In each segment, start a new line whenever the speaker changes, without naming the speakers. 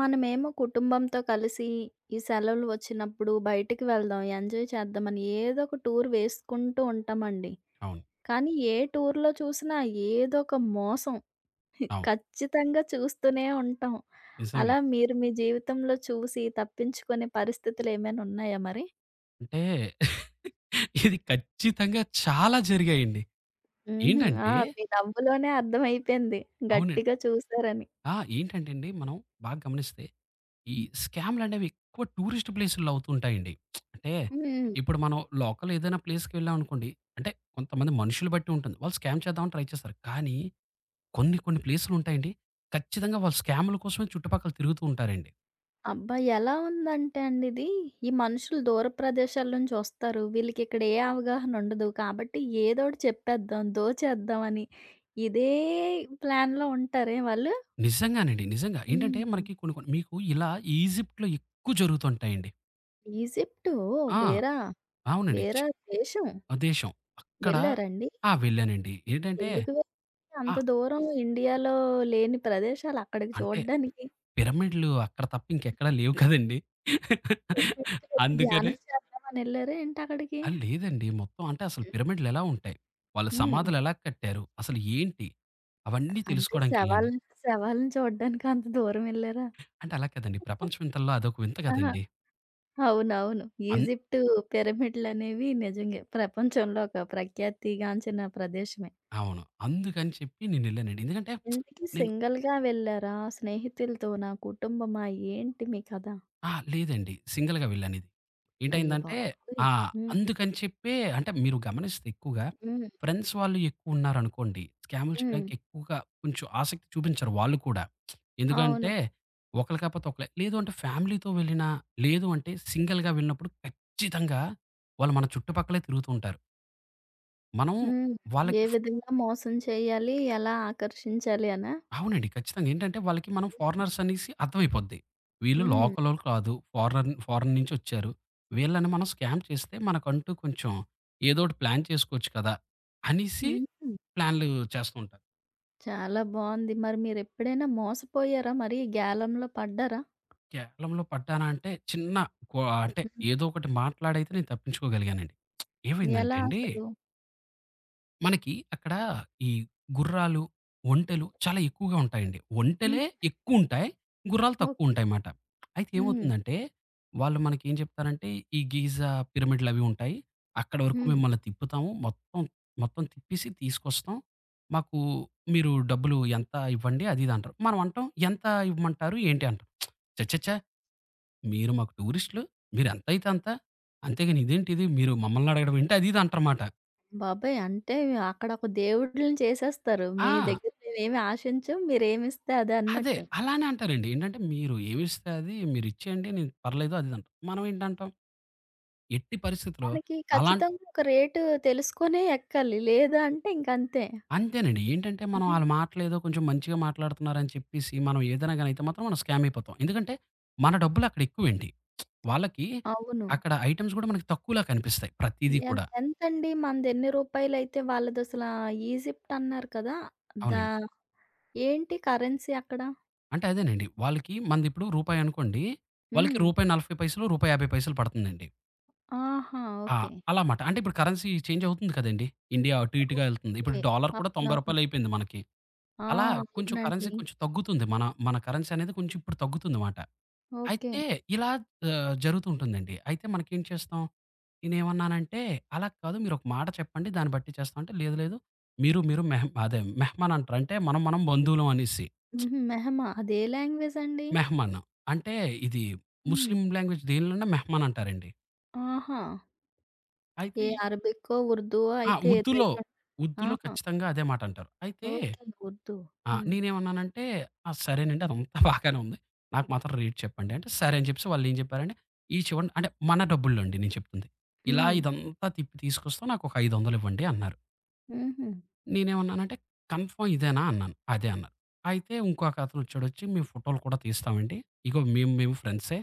మనమేమో కుటుంబంతో కలిసి ఈ సెలవులు వచ్చినప్పుడు బయటికి వెళ్దాం, ఎంజాయ్ చేద్దామని ఏదో ఒక టూర్ వేసుకుంటూ ఉంటామండి.
అవును.
కానీ ఏ టూర్‌లో చూసినా ఏదో ఒక మోసం.
అవును.
ఖచ్చితంగా చూస్తూనే ఉంటాం.
నిజంగా.
అలా మీరు మీ జీవితంలో చూసి తప్పించుకునే పరిస్థితులు ఏమైనా ఉన్నాయా మరి?
అంటే ఇది ఖచ్చితంగా చాలా జరిగాయండి.
హుహు. ఆ!
ఏంటంటే
మీ నవ్వులోనే అర్థమైపోయింది
అవునండి.
గట్టిగా చూసారని.
ఆ! ఏంటంటే అండి మనం బాగా గమనిస్తే ఈ స్కామ్‌లనేవి ఎక్కువ టూరిస్ట్ ప్లేసుల్లో అవుతుంటాయండి. అంటే
హ్మ్.
ఇప్పుడు మనం లోకల్ ఏదైనా ప్లేస్‌కెళ్ళామనుకోండి, అంటే కొంతమంది మనుషులు బట్టి ఉంటుంది. వాళ్ళు స్కామ్ చేద్దామని ట్రై చేస్తారు. కానీ కొన్ని కొన్ని ప్లేసులుంటాయండి. ఖచ్చితంగా వాళ్ళు స్కాముల కోసమే చుట్టుపక్కల తిరుగుతూ ఉంటారండి.
అబ్బా! ఎలా ఉందంటే అండి ఇది, ఈ మనుషులు దూర ప్రదేశాల నుంచి వస్తారు. వీళ్ళకిక్కడ ఏ అవగాహన ఉండదు. కాబట్టి ఏదోటి చెప్పేద్దాం, దోచేద్దాం అని ఇదే ప్లాన్‌లో ఉంటారే వాళ్ళు?
నిజంగానండి. నిజంగా. ఏంటంటే
హ్మ్.
మనకి కొన్ని కొన్ని మీకు ఇలా ఈజిప్ట్‌లో ఎక్కువ జరుగుతుంటాయండి.
ఈజిప్టు
ఆ!
వేరా?
అవునండి.
వేరా దేశం
ఆ దేశం. అక్కడ
వెళ్లారండి?
ఆ! వెళ్ళానండి. ఏంటంటే
ఎందుకు వె
ఆ!
అంత దూరం ఇండియాలో లేని ప్రదేశాలు అక్కడికి
అంటే
చూడ్డానికి?
పిరమిడ్‌లు అక్కడ తప్ప ఇంకెక్కడ లేవు కదండీ!
తిరుపతికి వెళ్లి
అందుకనే
ధ్యానం చేద్దామని ఎళ్లారా ఏంటి అక్కడికి?
ఆ! లేదండి. మొత్తం అంటే అసలు పిరమిడ్‌లెలా ఉంటాయి? వాళ్ళ
హ్మ్.
సమాధులెలా కట్టారు? అసలు ఏంటి? అవన్నీ
అంటే
తెలుసుకోవడానికెళ్ళాను.
శవాలను శవాలను చూడ్డానికి అంత దూరం ఎళ్లారా?
అంటే అలా కాదండి. ప్రపంచ వింతల్లో అదొక వింత
ఆహా!
కదండీ!
అవునవును.
అన్
ఈజిప్టు పిరమిడ్‌లనేవి నిజంగే ప్రపంచంలో ఒక ప్రఖ్యాతిగాంచిన ప్రదేశమే.
అవును. అందుకని చెప్పి నేనెళ్ళానండి. ఎందుకంటే
ఇంతకీ
నేను
సింగిల్‌గా వెళ్లారా? స్నేహితులతోనా? కుటుంబమా? ఏంటి మీ కథ?
ఆ! లేదండి. సింగిల్‌గా వెళ్ళానిది.
అయ్య
ఏంటయిందంటే
బాబోయ్!
ఆ!
హ్మ్.
అందుకని చెప్పే అంటే మీరు గమనిస్తే ఎక్కువగా
హ్మ్.
ఫ్రెండ్స్ వాళ్ళు ఎక్కువున్నారనుకోండి, స్కాములు
హ్మ్.
చేయడానికి ఎక్కువగా కొంచెం ఆసక్తి చూపించరు వాళ్ళు కూడా.
అవును.
ఎందుకంటే ఒకళ్ళు కాకపోతే ఒకళ్ళే. లేదు అంటే ఫ్యామిలీతో వెళ్ళినా, లేదు అంటే సింగిల్‌గా వెళ్ళినప్పుడు ఖచ్చితంగా వాళ్ళు మన చుట్టుపక్కలే తిరుగుతూ ఉంటారు. మనం
హ్మ్. ఏ
వాళ్ళకి
విధంగా మోసం చేయాలి? ఎలా ఆకర్షించాలి అనా?
అవునండి. ఖచ్చితంగా. ఏంటంటే వాళ్ళకి మనం ఫారినర్స్ అనేసి అర్థమైపోద్ది. వీళ్ళు
హ్మ్.
లోకలోళ్ళు కాదు. ఫారినర్ ఫారిన్ నుంచొచ్చారు. వీళ్ళని మనం స్కామ్ చేస్తే మనకంటూ కొంచెం ఏదోటి ప్లాన్ చేసుకోవచ్చు కదా! అనేసి
హుహు.
ప్లాన్‌లు చేస్తూ ఉంటారు.
చాలా బావుంది. మరి మీరెప్పుడైనా మోసపోయారా మరి? ఈ గేలంలో పడ్డారా?
కేరళంలో పడ్డానా అంటే చిన్న కొ అంటే
హ్మ్.
ఏదో ఒకటి మాట్లాడైతే నేను తప్పించుకోగలిగానండి. ఏమైందంటే
ఎలా
అండి
అసలు?
మనకి అక్కడ ఈ గుర్రాలు, ఒంటెలు చాలా ఎక్కువగా ఉంటాయండి.
హ్మ్.
ఒంటెలే ఎక్కువుంటాయి. గుర్రాలు
ఓకే.
తక్కువుంటాయమాట. అయితే
హ్మ్.
ఏమవుతుందంటే, వాళ్ళు మనకేం చెప్తారంటే, ఈ గీజా పిరమిడ్‌లవి ఉంటాయి. అక్కడి వరకు
హ్మ్.
మిమ్మల్ని తిప్పుతాము. మొత్తం, మొత్తం తిప్పేసి తీసుకొస్తాం. మాకు మీరు డబ్బులు ఎంత ఇవ్వండి అది ఇది అంటారు. మనం అంటాం, ఎంత ఇవ్వమంటారు? ఏంటి అంటాం. ఛఛఛ! మీరు మాకు టూరిస్టులు. మీరెంతైతే అంత. అంతేగాని ఇదేంటిది? మీరు మమ్మల్ని అడగడం ఏంటి? అది ఇది అంటారుమాట.
బాబోయ్! అంటే అక్కడ ఒక దేవుడిలని చేసేస్తారు. మీ
ఆ!
దగ్గర మేమేమి ఆశించం. మీరేమిస్తే అదే
అదే.
అన్నట్టు.
అలానే అంటారండి. ఏంటంటే మీరు ఏమిస్తే అది మీరిచ్చేయండి నేను పర్లేదు అది ఇది అంటాం. మనం ఏంటంటాం? ఎట్టి పరిస్థితిలో
మనకి
అలాం
ఖచ్చితంగా ఒక రేటు తెలుసుకొనే ఎక్కాలి. లేదా అంటే ఇంకంతే.
అంతేనండి. ఏంటంటే మనం
హ్మ్.
ఆళ్ళ మాటలేదో కొంచెం మంచిగా మాట్లాడుతున్నారని చెప్పేసి మనం ఏదైనా గాని అయితే మాత్రం మనం స్కామ్ అయిపోతాం. ఎందుకంటే మన డబ్బులు అక్కడ ఎక్కువండి. వాళ్ళకి
అవును.
అక్కడ ఐటెమ్స్ గూడా మనకి తక్కువలా కనిపిస్తాయి ప్రతీదీ కూడా.
ఎంతండి మనది ఎన్ని రూపాయలైతే వాళ్ళదసలా ఈజిప్ట్ అన్నారు కదా! దా
అవునండి.
ఏంటి కరెన్సీ అక్కడ?
అంటే అదేనండి. వాళ్ళకి మనదిప్పుడు రూపాయనుకోండి. వాళ్ళకి
హ్మ్.
రూ. 40 రూ. 50, రూ. 50 పడుతుందండి.
ఆహా!
ఆ!
ఓకే.
అలా మాట. అంటే ఇప్పుడు కరెన్సీ చేంజ్ అవుతుంది కదండీ! ఇండియా అటు ఇటుగా ఎళ్తుంది. ఇప్పుడు
ఓకే.
డాలర్ కూడా రూ. 90
అవునవును.
అయిపోయింది మనకి.
ఆ!
అలా కొంచెం కరెన్సీ
అవునండి.
కొంచెం తగ్గుతుంది. మన మన కరెన్సీ అనేది కొంచెం ఇప్పుడు తగ్గుతుంది మాట.
ఓకే.
అయితే ఇలా జరుగుతూ ఉంటుందండి. అయితే మనకేం చేస్తాం? నేనేమన్నానంటే, "అలా కాదు మీరొక మాట చెప్పండి. దాన్ని బట్టి చేస్తాం" అంటే, "లేదు లేదు. మీరు మీరు అదే మెహమాన్ అంటారు. అంటే మనం మనం బంధువులం" అనేసి.
హుహు. మెహమా అదే లాంగ్వేజండి?
మెహమాన్ అంటే ఇది
హ్మ్.
ముస్లిం లాంగ్వేజ్ దేనిలోనైనా మెహమాన్ అంటారండి.
ఆహా!
అయితే
ఏ
ఈ
అరబిక్కో, ఉర్దూవో
ఆ!
అయితే
ఉర్దూలో,
ఏదయ్యుంట
ఉర్దూలో
ఆహా!
ఖచ్చితంగా అదే మాట అంటారు. అయితే
ఓకే. ఉర్దూ.
ఆ!
హ్మ్.
నేనేమన్నానంటే, "ఆ! సరేనండి అదంతా బాగానే ఉంది. నాకు మాత్రం రేట్ చెప్పండి" అంటే, సరే అని చెప్పేసి వాళ్ళేం చెప్పారంటే, "ఇయి చూడండి" అంటే మన డబ్బుల్లో అండి నేను చెప్తుంది. "ఇలా
హ్మ్.
ఇదంతా తిప్పి తీసుకొస్తా నాకొక 500 ఇవ్వండి" అన్నారు.
హుహు.
నేనేమన్నానంటే, "కన్ఫర్మ్ ఇదేనా?" అన్నాను. "అదే" అన్నారు. అయితే ఇంకొక అతనొచ్చాడొచ్చి, "మేము ఫోటోలు కూడా తీస్తామండి. ఇగో మేము మేము ఫ్రెండ్సే.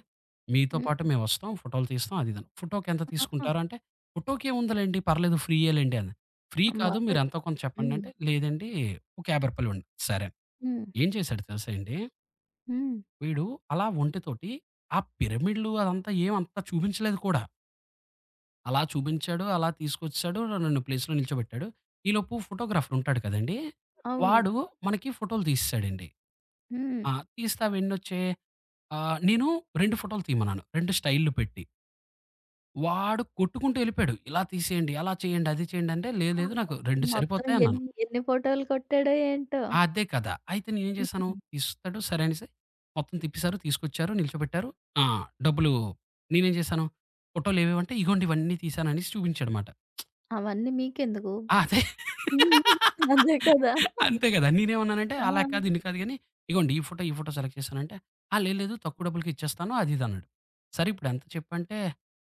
మీతో
హ్మ్.
పాటు మేమొస్తాం. ఫోటోలు తీస్తాం" అది ఇది అని. "ఫోటోకి ఎంత
ఆహా!
తీసుకుంటారు?" అంటే, "ఫోటోకేముందిలెండి పర్లేదు ఫ్రీయేలెండి" అన్నా. "ఫ్రీ కాదు
అమ్మబాబోయ్!
మీరెంతో కొంత చెప్పండి"
హ్మ్.
అంటే, "లేదండి ఒక రూ. 50 ఇవ్వండి" సరే.
హ్మ్.
ఏం చేశాడు తెలుసా అండి?
హ్మ్.
వీడు అలా ఒంటెతోటి ఆ పిరమిడ్‌లు అదంతా ఏం అంత చూపించలేదు కూడా. అలా చూపించాడు, అలా తీసుకొచ్చేసాడు, నన్ను ప్లేస్‌లో నిల్చోబెట్టాడు. ఈలోపు ఫోటోగ్రాఫర్ ఉంటాడు కదండీ!
అవును.
వాడు మనకి ఫోటోలు తీసేసాడండి.
హ్మ్.
ఆ! తీస్తే అవెన్నొచ్చాయి? నేను 2 ఫోటోలు తీయమన్నాను. 2 స్టైల్‌లు పెట్టి. వాడు కొట్టుకుంటూ ఎళ్ళిపోయాడు. ఇలా తీసేయండి, అలా చేయండి, అది చేయండి అంటే లేదు లేదు
ఆహా!
నాకు 2
మొత్తం
సరిపోతాయన్నాను.
ఎన్ని ఎన్ని ఫోటోలు కొట్టాడో ఏంటో!
ఆ, అదే కదా! అయితే నేనేం చేశాను,
హ్మ్.
ఇస్తాడు సరే అనేసి మొత్తం తిప్పేశారు, తీసుకొచ్చారు, నిల్చోబెట్టారు. ఆ! డబ్బులు నేనేం చేశాను, ఫోటోలేవేవంటే ఇగోండి ఇవన్నీ తీశాను అనేసి చూపించాడమాట.
అవన్నీ మీకెందుకు?
ఆ! అదే.
హ్మ్. అదే కదా!
అంతే కదా! నేనేమన్నానంటే,
ఆ!
అలా కాదు, ఇన్ని కాదు గానీ, ఇగోండి ఈ ఫోటో, ఈ ఫోటో సెలెక్ట్ చేశానంటే, "ఆ! లేదు లేదు తక్కువ డబ్బులకి ఇచ్చేస్తాను" అది ఇది అన్నాడు. సరే ఇప్పుడెంత చెప్పంటే,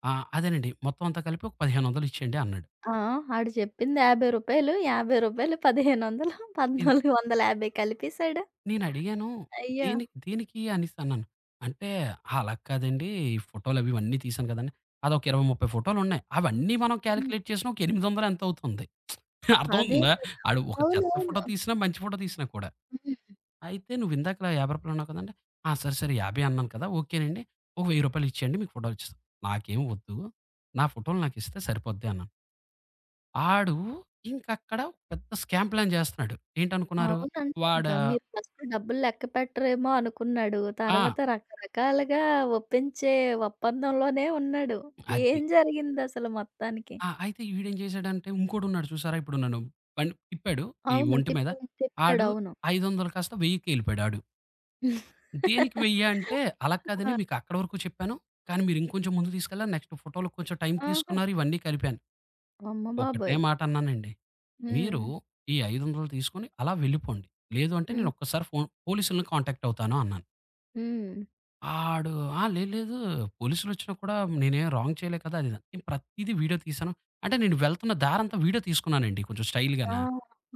"ఆ! అదేనండి మొత్తం అంతా కలిపి ఒక 1500 ఇచ్చేయండి" అన్నాడు.
ఆ! ఆడు చెప్పింది రూ. 50, రూ. 50, రూ. 1500, 1450 కలిపేసాడు.
నేనడిగాను.
అయ్యో!
"దేని దేనికి" అనేసన్నాను. అంటే, "అలా కాదండి. ఈ ఫోటోలవి ఇవన్నీ తీశాను కదండీ!" అదొక 20, 30 ఫోటోలున్నాయి. అవన్నీ మనం
హ్మ్.
కాలిక్యులేట్ చేసినా ఒక 800 ఎంతో అవుతుంది.
అదే
అర్థమవుతుందా?
కదా!
ఆడు ఒక చెత్త ఫోటో
అవునవును.
తీసినా, మంచి ఫోటో తీసినా కూడా.
హ్మ్.
అయితే "నువ్వు ఇందాకలా రూ. 50 అన్నావు కదండీ!" "ఆ! సరే, సరే. 50 అన్నాను కదా! ఓకేనండి. ఒక రూ. 1000 ఇచ్చేయండి. మీకు ఫోటోలు ఇచ్చేస్తాను." "నాకేం వద్దు. నా ఫోటోలు నాకిస్తే సరిపోద్ది" అన్నాను. ఆడు ఇంకక్కడ పెద్ద స్కామ్ ప్లాన్ చేస్తన్నాడు. ఏంటనుకున్నారు?
అవును. అంతే ఇంకా.
వాడా
మీరు ఫస్ట్ డబ్బులు లెక్క పెట్టరేమో అనుకున్నాడు.
ఆ!
తర్వాత రకరకాలుగా ఒప్పించే ఒప్పందంలోనే ఉన్నాడు. ఏం
అది.
జరిగిందసలు మొత్తానికి?
ఆ! అయితే వీడేం చేశాడంటే ఇంకోడున్నాడు చూసారా? ఇప్పుడు నన్ను తిప్పాడు ఈ
అవును.
ఒంటి మీద.
తిప్పి తిప్పాడు.
ఆడు
అవును.
500 కాస్త 1000కి ఎళ్ళిపోయాడు ఆడు. దేనికి 1000 అంటే, అలా కాదండి
ఆ!
మీకు అక్కడ వరకు చెప్పాను. కానీ మీరు ఇంకొంచెం ముందుకు తీసుకెళ్ళాలి. నెక్స్ట్ ఫోటో‌లకి కొంచెం టైం
ఆహా!
తీసుకున్నారు. ఇవన్నీ కలిపాను.
అమ్మ
ఒకటే
బాబోయ్!
మాట అన్నానండి. మీరు
హ్మ్.
ఈ 500 తీసుకొని అలా వెళ్ళిపోండి. లేదు అంటే
హ్మ్.
నేను ఒక్కసారి ఫోన్ పోలీసుల్ని కాంటాక్ట్ అవుతాను అన్నాను.
హ్మ్.
ఆడు ఆ! లేదు లేదు. పోలీసులొచ్చినా కూడా నేనేం రాంగ్ చేయలే కదా! అది ఇదని. నేను ప్రతీదీ వీడియో తీశాను. అంటే నేను వెళ్తున్న దారంతా వీడియో తీసుకున్నానండి కొంచెం
ఆ!
స్టైల్‌గాన.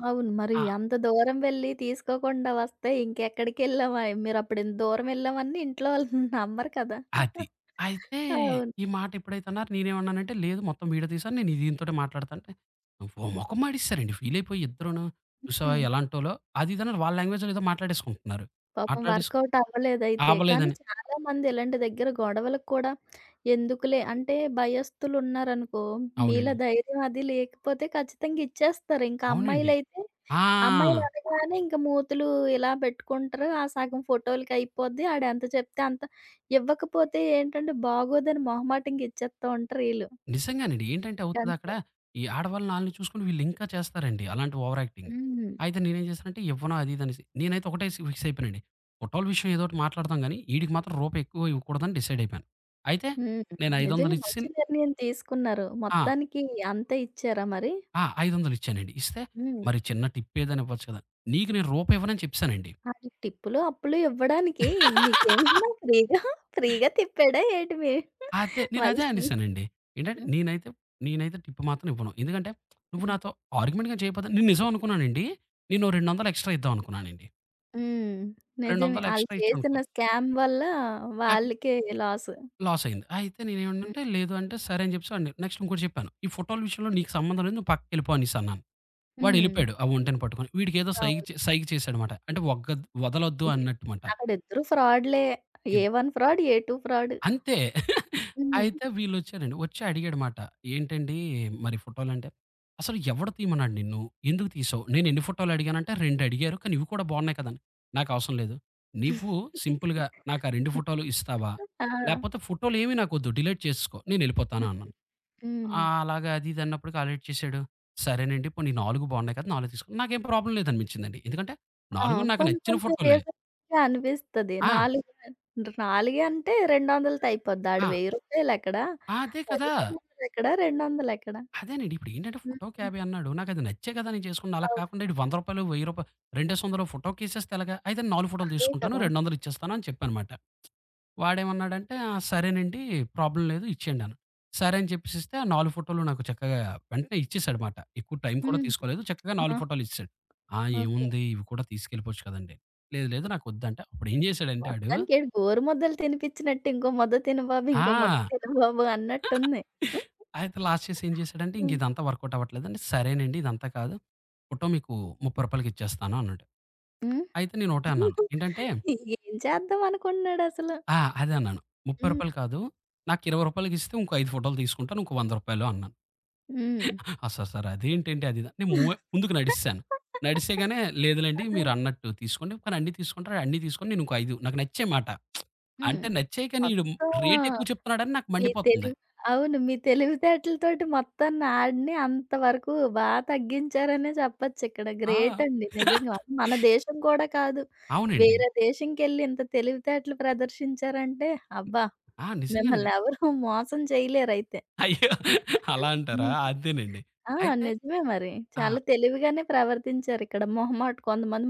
అవును. మరి
ఆ!
అంత దూరం వెళ్లి తీసుకోకుండా వస్తే ఇంకెక్కడికెళ్ళాం ఆయి మీరప్పుడు ఇంత దూరం వెళ్ళామని ఇంట్లో వాళ్ళు నమ్మరు కదా!
అది. అయితే
అవును.
ఈ మాట ఎప్పుడైతే అన్నారు నేనేమన్నానంటే, "లేదు మొత్తం వీడియో తీశాను. నేను దీనితోటే మాట్లాడతా" అంటే ఓ మొఖం మాడేసారండి. ఫీలయిపోయి ఇద్దరును. చూసావా
హ్మ్.
ఎలాంటోలో అది ఇది అని వాళ్ళ లాంగ్వేజ్‌లో ఏదో మాట్లాడేసుకుంటున్నారు.
పాపం
మాట్లాడేసుకు
వర్కౌట్ అవ్వలేదైతే. కానీ
అవ్వలేదని.
చాలామంది ఇలాంటి దగ్గర గొడవలకు కూడా ఎందుకులే అంటే భయస్థులున్నారనుకో, మీలో
అవునండి.
ధైర్యం అది లేకపోతే ఖచ్చితంగా ఇచ్చేస్తారు. ఇంకా
అవునండి.
అమ్మాయిలైతే
ఆ!
అమ్మాయిలు అనగానే ఇంక మూతులు ఇలా పెట్టుకుంటారు. ఆ సగం ఫోటోలకి అయిపోద్ది. ఆడెంత చెప్తే అంత ఇవ్వకపోతే ఏంటంటే బాగోదని మొహమాటంగా ఇచ్చేస్తా ఉంటారు ఈళ్ళు.
నిజంగానండి. ఏంటంటే అవుతదక్కడ,
అంతే.
ఈ ఆడవాళ్ళని ఆళ్ళని చూసుకొని వీళ్ళింకా చేస్తారండి అలాంటి ఓవర్ యాక్టింగ్.
హ్మ్.
అయితే నేనేం చేశానంటే ఇవ్వను అది ఇది అనేసి. నేనైతే ఒకటే ఫిక్స్ అయిపోయానండి. ఫోటోల విషయం ఏదో ఒకటి మాట్లాడదాం గానీ, ఈడికి మాత్రం రూపాయి ఎక్కువ ఇవ్వకూడదని డిసైడ్ అయిపోయాను. అయితే
హ్మ్.
నేను 500
నిజంగా
ఇచ్చి
మంచి నిర్ణయం తీసుకున్నారు.
ఆ!
మొత్తానికి అంతే ఇచ్చారా మరి?
ఆ! 500 ఇచ్చానండి. ఇస్తే,
హ్మ్.
మరి చిన్న టిప్ ఏదైనా ఇవ్వచ్చు కదా! నీకు నేను రూపాయి ఇవ్వనని చెప్పేసానండి.
అది టిప్పులు, అప్పులు ఇవ్వడానికి మీకేమన్నా ఫ్రీ‌గా ఫ్రీ‌గా తిప్పాడా ఏటి మీ
అదే. నేనదే
మళ్ళీ
అనేసానండి. ఏంటంటే
హ్మ్.
నేనైతే నేనైతే టిప్ మాత్రం ఇవ్వను. ఎందుకంటే నువ్వు
హ్మ్.
నాతో ఆర్గ్యుమెంట్‌గా చేయకపోతే నేను నిజం అనుకున్నానండి. నేను 200 ఎక్స్‌ట్రా ఇద్దాం అనుకున్నానండి.
హ్మ్. నిజమే.
200
ఆళ్ళు
ఎక్స్‌ట్రా
చేసిన
ఇచ్చామనుకో
స్కామ్ వల్ల
నాకు
వాళ్ళకే లాసు.
లాస్ అయింది. అయితే
హ్మ్.
నేనేమన్నానంటే లేదు అంటే సరే అని చెప్పేసి వాడిని నెక్స్ట్ ఇంకోటి చెప్పాను. ఈ ఫోటోల విషయంలో నీకు సంబంధం లేదు. నువ్వు పక్కకెళ్ళిపో అనేసన్నాను.
హ్మ్.
వాడెళ్ళిపోయాడు. ఆ ఒంటెని పట్టుకొని. వీడికేదో సైగ
అవును.
చే సైగ చేశాడమాట. అంటే వదలొద్దు
ఇ
అన్నట్టుమాట.
అక్కడిద్దరూ ఫ్రాడ్‌లే. A one fraud, A two fraud.
అంతే.
హ్మ్.
అయితే వీళ్ళొచ్చారండి. వచ్చి అడిగాడుమాట. "ఏంటండి మరి ఫోటోలంటే?" "అసలు ఎవడు తీయమన్నాడు నిన్ను? ఎందుకు తీసావు? నేనెన్ని ఫోటోలు అడిగానంటే 2 అడిగారు. కానీ ఇవి కూడా బాగున్నాయి కదా!" అని. "నాకవసరం లేదు. నువ్వు సింపుల్‌గా నాకా 2 ఫోటోలు ఇస్తావా?
ఆ!
లేపోతే ఫోటోలేమి నాకొద్దు. డిలీట్ చేసేసుకో.
హ్మ్.
నేనెళ్ళిపోతాను" అన్నాను.
హ్మ్.
అలాగా అది ఇది అన్నప్పటికి ఆడేటి చేశాడు. "సరేనండి. పోనీ 4 బాగున్నాయి కదా! 4 తీసుకో." నాకేం ప్రాబ్లమ్ లేదనిపించిందండి. ఎందుకంటే
ఆ!
4 నాకు
పోనీ
నచ్చిన
కొంచెం
ఫోటోలే.
రీజనబుల్‌గా అనిపిస్తది.
ఆ!
4 4 అంటే 200తో అయిపోద్ది. ఆడు
ఆ!
రూ. 1000 ఎక్కడ?
ఆ, అదే కదా!
1500 ఎక్కడ? 200 ఎక్కడ?
అదేనండి. ఇప్పుడేంటంటే
హ్మ్.
ఫోటో క్యాబే అన్నాడు. నాకది నచ్చే కదా నేను చేసుకున్నా. అలా
అవును.
కాకుండా ఈడు రూ. 100, రూ. 1000 రెండేసొందలు ఫోటోకి ఇసేస్తే ఎలాగా? అయితే 4 ఫోటోలు
అదే
తీసుకుంటాను.
కదా!
200 ఇచ్చేస్తాను అని చెప్పానమాట. వాడేమన్నాడంటే, "ఆ! సరేనండి. ప్రాబ్లమ్ లేదు ఇచ్చేయండి" అన్నాడు. సరే అని చెప్పేసి ఇస్తే ఆ 4 ఫోటోలు నాకు చక్కగా వెంటనే ఇచ్చేసాడమాట. ఎక్కువ టైం కూడా
హ్మ్.
తీసుకోలేదు. చక్కగా 4
ఆహా!
ఫోటోలు ఇచ్చేసాడు. "ఆ!
ఓకే.
ఏముంది ఇవి కూడా తీసుకెళ్ళిపోవచ్చు కదండీ!" "లేదు లేదు నాకొద్దంటే" అప్పుడేం చేశాడంటే ఆడు
మొత్తానికి ఈడు గోరు ముద్దలు తినిపించినట్టు ఇంకో ముద్ద తిను బాబు, ఇంకో ముద్ద
ఆ!
తిను బాబు అన్నట్టుంది.
అయితే లాస్ట్ చేసి ఏం చేశాడంటే, "ఇంక
హ్మ్.
ఇదంతా వర్కౌట్ అవ్వట్లేదండి. సరేనండి ఇదంతా కాదు. ఫోటో మీకు రూ. 30కి ఇచ్చేస్తాను" అన్నాడు.
హ్మ్.
అయితే నేను ఒకటే అన్నాను. ఏంటంటే
ఏం చేద్దాం అనుకుంటున్నాడసలు.
ఆ! అదే అన్నాను. "రూ.
హ్మ్.
30 కాదు. నాకు రూ. 20కి ఇస్తే ఇంకో 5 ఫోటోలు తీసుకుంటాను. ఇంకో రూ. 100" అన్నాను.
హ్మ్.
"ఆ! సార్ సార్ అదేంటండి అది ఇది" అని." నేను మూవ్ ముందుకు నడిసేసాను. నడిసేగానే
ఆ!
లేదులెండి మీరు అన్నట్టు తీసుకోండి. కానీ అన్నీ తీసుకుంటారు. అన్నీ తీసుకొని నేను ఇంకో 5 నాకు నచ్చాయి మాట.
హ్మ్.
అంటే నచ్చాయి కానీ ఈడు
మొత్తం
రేట్ ఎక్కువ చెప్తున్నాడని నాకు
మీ
మండిపోతుంది.
తెలివి అవును. మీ తెలివితేటలతోటి మొత్తాన్ని ఆడిని అంతవరకు బా తగ్గించారనే చెప్పొచ్చిక్కడ. గ్రేట్
ఆ!
అండి నిజంగా. మన దేశం కూడా కాదు.
అవునండి.
వేరే దేశంకెళ్ళి ఇంత తెలివితేటలు ప్రదర్శించారంటే అబ్బా!
ఆ! నిజంగానండి.
మిమ్మల్ని ఎవరు మోసం చేయలేరైతే.
అయ్యో! అలా అంటారా?
హ్మ్.
అంతేనండి.
ఆ!
అయితే
నిజమే మరి.
ఆ!
చాలా తెలివిగానే ప్రవర్తించారిక్కడ. మొహమాట కొంతమంది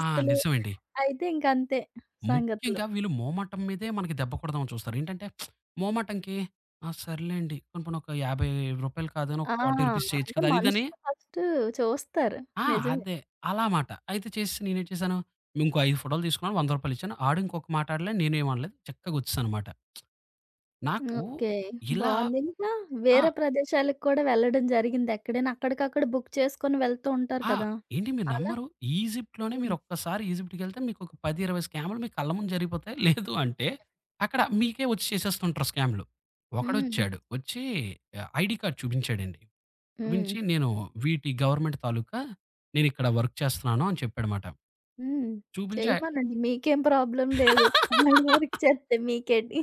ఆ! నిజమండి.
అయితే ఇంకంతే సంగతులు.
ముఖ్యంగా వీళ్ళు మోమాటం మీదే మనకి దెబ్బ కొడదామని చూస్తారు. ఏంటంటే మోమాటంకి ఆ! సర్లేండి పోనీ పోనీ ఒక రూ. 50 కాదని ఒక
ఆ!
రూ. 40 చేయొచ్చు
అంటే
కదా! అది ఇదని
మనుషులు ఫస్టు చూస్తారు.
ఆ!
నిజమే.
అదే అలా మాట. అయితే చేసి నేనేం చేశాను, ఇంకో 5 ఫోటోలు తీసుకున్నాను. రూ. 100 ఇచ్చాను. ఆడు ఇంకొక మాట అనలేదు. నేనేం అనలేదు. చక్కగొచ్చేసానమాట. నాకు
ఓకే.
ఇలా
బావుంది. ఇంకా
ఆ!
వేరే ప్రదేశాలకు కూడా వెళ్ళడం జరిగిందా ఎక్కడైనా? అక్కడికక్కడ బుక్ చేసుకొని వెళ్తూ ఉంటారు
ఆ!
కదా!
ఏండి మీరు
అలా
నమ్మరు. ఈజిప్ట్‌లోనే
హ్మ్.
మీరొక్కసారి ఈజిప్ట్‌కెళ్తే మీకొక 10, 20 స్కామ్‌లు మీ కళ్ళ ముందు జరిగిపోతాయి. లేదు అంటే అక్కడ మీకే వచ్చి చేసేస్తుంటారు స్కామ్‌లు.
హ్మ్.
ఒకడొచ్చాడు. వచ్చి ఐడీ కార్డ్ చూపించాడండి.
హ్మ్.
చూపించి నేను వీటి గవర్నమెంట్ తాలూకా నేనిక్కడ వర్క్ చేస్తున్నాను అని చెప్పాడమాట.
హ్మ్.
చూపించి
చేయమనండి. మీకేం ప్రాబ్లమ్ లేదు. ఆడి వరకు చేస్తే మీకేంటి?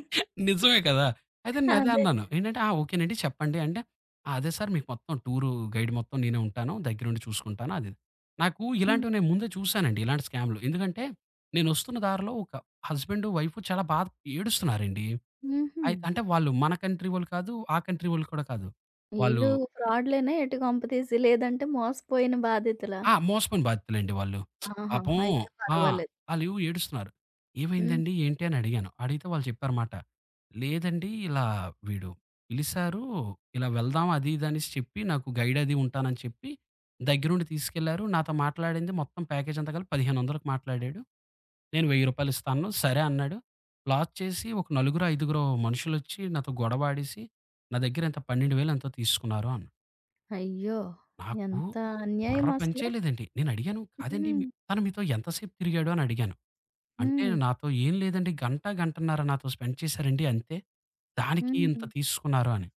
నిజమే కదా! అయితే నేను అదే
అదే.
అన్నాను. ఏంటంటే, "ఆ! ఓకేనండి చెప్పండి" అంటే, "ఆ! అదే సార్ మీకు మొత్తం టూరు గైడ్ మొత్తం నేనే ఉంటాను. దగ్గరుండి చూసుకుంటాను" అది ఇది. నాకు
హ్మ్.
ఇలాంటివి నేను ముందే చూసానండి ఇలాంటి స్కామ్‌లు. ఎందుకంటే, నేనొస్తున్న దారిలో ఒక హస్బెండ్, వైఫ్ చాలా బాధ ఏడుస్తున్నారండి.
హుహు.
అయి అంటే వాళ్ళు మన కంట్రీ వాళ్ళు కాదు, ఆ కంట్రీ వాళ్ళు కూడా కాదు. వాళ్ళు
ఈళ్ళు ఫ్రాడ్‌లేనా ఏటి కొంపదీసి? లేదంటే మోసపోయిన బాధితులా?
ఆ! మోసపోయిన బాధితులండి వాళ్ళు.
ఆహా!
పాపం
అయితే
ఆ!
పర్వాలేదు.
ఆళ్ళు ఏడుస్తున్నారు.
హ్మ్.
"ఏమైందండి? ఏంటి?" అని అడిగాను. అడిగితే వాళ్ళు చెప్పారమాట. "లేదండి ఇలా వీడు పిలిసారు, ఇలా వెళ్దాం అది ఇది" అనేసి చెప్పి నాకు గైడ్ అది ఉంటానని చెప్పి దగ్గరుండి తీసుకెళ్లారు. నాతో మాట్లాడింది మొత్తం ప్యాకేజ్ అంతా కలిపి 1500కి మాట్లాడాడు. నేను రూ. 1000 ఇస్తా అన్నాను. సరే అన్నాడు. లాస్ట్ చేసి ఒక నలుగురో, ఐదుగురో మనుషులొచ్చి నాతో గొడవాడేసి నా దగ్గర ఎంత 12,000 ఎంతో తీసుకున్నారు అన్నారు.
అయ్యో!
నాకు
ఎంత
బుర్ర
అన్యాయం అసలు.
పనిచేయలేదండి. నేనడిగాను, "కాదండి
హ్మ్.
మీ తను మీతో ఎంత సేపు తిరిగాడు?" అని అడిగాను. అంటే
హ్మ్.
నాతో "ఏం లేదండి గంట, గంటన్నర నాతో స్పెండ్ చేశారండి అంతే. దానికి ఇంత
హ్మ్.
తీసుకున్నారు" అని.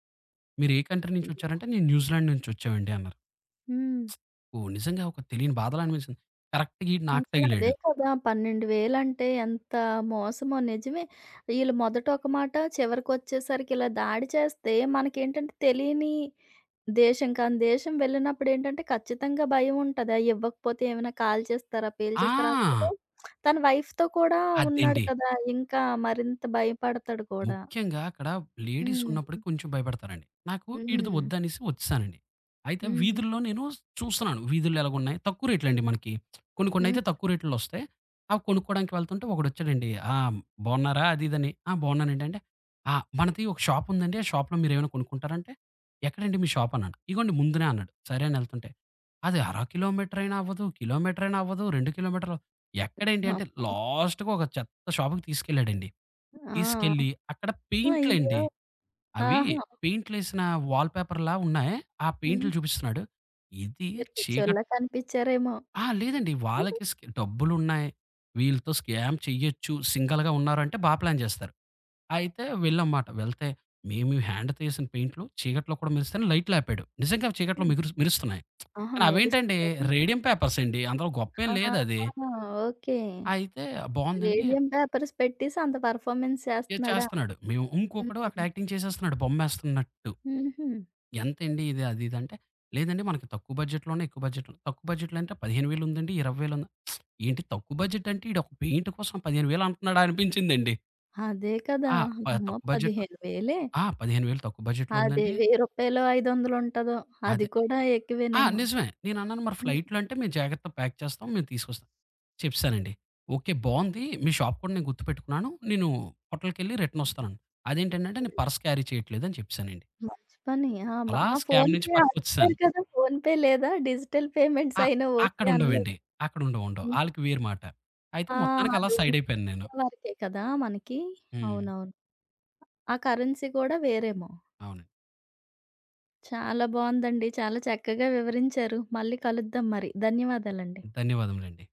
"మీరు ఏ కంట్రీ
అయ్యో!
నుంచొచ్చారంటే" "నేను న్యూజిలాండ్ నుంచొచ్చామండి" అన్నారు.
హ్మ్.
ఓహ్! నిజంగా ఒక తెలియని బాధలా అనిపించింది. కరెక్ట్‌గా ఈడు నాకు
అసలదే
తగిలాడు.
కదా! 12,000 అంటే ఎంత మోసమో నిజమే. ఈళ్ళు మొదట ఒక మాట, చివరికొచ్చేసరికి ఇలా దాడి చేస్తే మనకేంటంటే తెలియని దేశం. కానీ దేశం వెళ్ళినప్పుడేంటంటే ఖచ్చితంగా భయముంటది. ఆ ఇవ్వకపోతే ఏమైనా కాల్చేస్తారా, పేల్చేస్తారా అసలే
ఆ!
తన వైఫ్‌తో కూడా ఉన్నాడు
అదండి.
కదా! ఇంకా మరింత భయపడతాడు కూడా.
ముఖ్యంగా అక్కడ లేడీస్
హ్మ్.
ఉన్నప్పటికి కొంచెం భయపడతారండి. నాకు ఈడిది
హ్మ్.
వద్దనేసి వచ్చేసానండి. అయితే
హ్మ్.
వీధుల్లో నేను చూస్తున్నాను. వీధుల్లో ఎలాగున్నాయి తక్కువ రేట్లండి మనకి. కొన్ని కొన్నైతే
హ్మ్.
తక్కువ రేట్‌లో ఒస్తాయి. అవి కొనుక్కోవడానికి వెళ్తుంటే ఒకడొచ్చాడండి. "ఆ! బావున్నారా?" అది ఇదని. "ఆ! బావున్నానండి" అంటే, "ఆ! మనది ఒక షాప్ ఉందండి. ఆ షాప్‌లో మీరేమైనా కొనుక్కుంటారా?" అంటే, "ఎక్కడండి మీ షాప్?" అన్నాను. "ఇగోండి ముందునే" అన్నాడు. సరే అని ఎళ్తుంటే, అది అర కిలోమీటరైనా అవ్వదు, కిలోమీటరైనా అవ్వదు, 2 కిలోమీటర్లు ఎక్కడేంటి
అమ్మో!
అంటే లాస్ట్‌గా ఒక చెత్త షాప్‌కి తీసుకెళ్ళాడండి.
ఆ!
తీసుకెళ్ళి అక్కడ పెయింట్లండి.
అయ్యో!
అవి
ఆహా!
పెయింట్‌లేసిన వాల్ పేపర్‌లా ఉన్నాయి. ఆ
హ్మ్.
పెయింట్లు చూపిస్తున్నాడు. ఇది
మీరు
చీకట్
పిచ్చోల్లా కనిపిచ్చారేమో.
ఆ! లేదండి. వాళ్ళకి డబ్బులున్నాయి. వీళ్ళతో స్కామ్ చెయ్యొచ్చు. సింగిల్‌గా ఉన్నారంటే బా ప్లాన్ చేస్తారు. అయితే వెళ్ళాంమాట. వెళ్తే మేము హ్యాండ్ తీసిన పెయింట్లు చీకట్లో కూడా మెరుస్తాయని లైట్‌లాపాడు. నిజంగా చీకట్లో
హ్మ్.
మిగురు మెరుస్తున్నాయి.
ఆహా!
కానీ అవేంటండి
మెరుస్తుందా?
రేడియం పేపర్స్ అండి. అందులో గొప్పేం
ఆహా!
లేదది.
ఓకే.
అయితే బావుందండి.
రేడియం పేపర్స్ పెట్టేసి అంత పెర్ఫార్మన్స్
ఇది
చేస్తున్నాడా?
చేస్తున్నాడు. మేము ఇంకొకడు అక్కడ
హ్మ్.
యాక్టింగ్ చేసేస్తున్నాడు బొమ్మేస్తున్నట్టు.
హుహు.
ఎంతండి ఇది? అది ఇది అంటే, లేదండి మనకి తక్కువ బడ్జెట్‌లోనే, ఎక్కువ బడ్జెట్‌లో తక్కువ బడ్జెట్‌లో అంటే 15,000 ఉందండి, 20,000 ఉంది. ఏంటి తక్కువ బడ్జెట్ అంటే ఈడు ఒక పెయింట్ కోసం 15,000 అంటున్నాడా అనిపించిందండి.
అదే కదా!
ఆ!
అమ్మో!
తక్కువ బడ్జెట్‌లో
15,000 అదే రూ.
ఆ! 15,000 తక్కువ బడ్జెట్‌లో ఉందండి.
1000 రూ. 500 ఉంటదో
అదే
అది కూడా
ఆ!
ఎక్కువేనేమో.
నిజమే. నేనన్నాను మరి
హ్మ్.
ఫ్లైట్‌లో అంటే మేము జాగ్రత్తగా ప్యాక్ చేస్తాం, మేము తీసుకొస్తాం. చెప్పేసానండి. ఓకే. బావుంది. మీ షాప్ కూడా నేను గుర్తుపెట్టుకున్నాను. నేను హోటల్‌కెళ్ళి రిటర్న్ వస్తానన్నాను. అదేంటండంటే
హ్మ్.
నేను పర్స్ క్యారీ చేయట్లేదని చెప్పేసానండి.
మంచి పని. ఆ!
అలా
ఆ!
స్కామ్ నుంచి
ఫోన్‌పే
పక్కకొచ్చేసాను.
అడుగుతారు కదా! ఫోన్‌పే లేదా? డిజిటల్ పేమెంట్స్
ఆ!
అయినా ఓకే
అక్కడుండవండి.
అనలేదా?
అక్కడుండవు, ఉండవు. ఉండవు.
హ్మ్.
ఆళ్ళకి వేరు మాట. అయితే
ఆ!
మొత్తానికి అలా
అది
సైడ్
ఓన్లీ
అయిపోయాను నేను.
ఇండియా వరకే కదా! మనకి.
హ్మ్.
అవునవును. ఆ కరెన్సీ కూడా వేరేమో.
అవునండి.
చాలా బావుందండి. చాలా చక్కగా వివరించారు. మళ్ళీ కలుద్దాం మరి. ధన్యవాదాలండి.
ధన్యవాదములండి.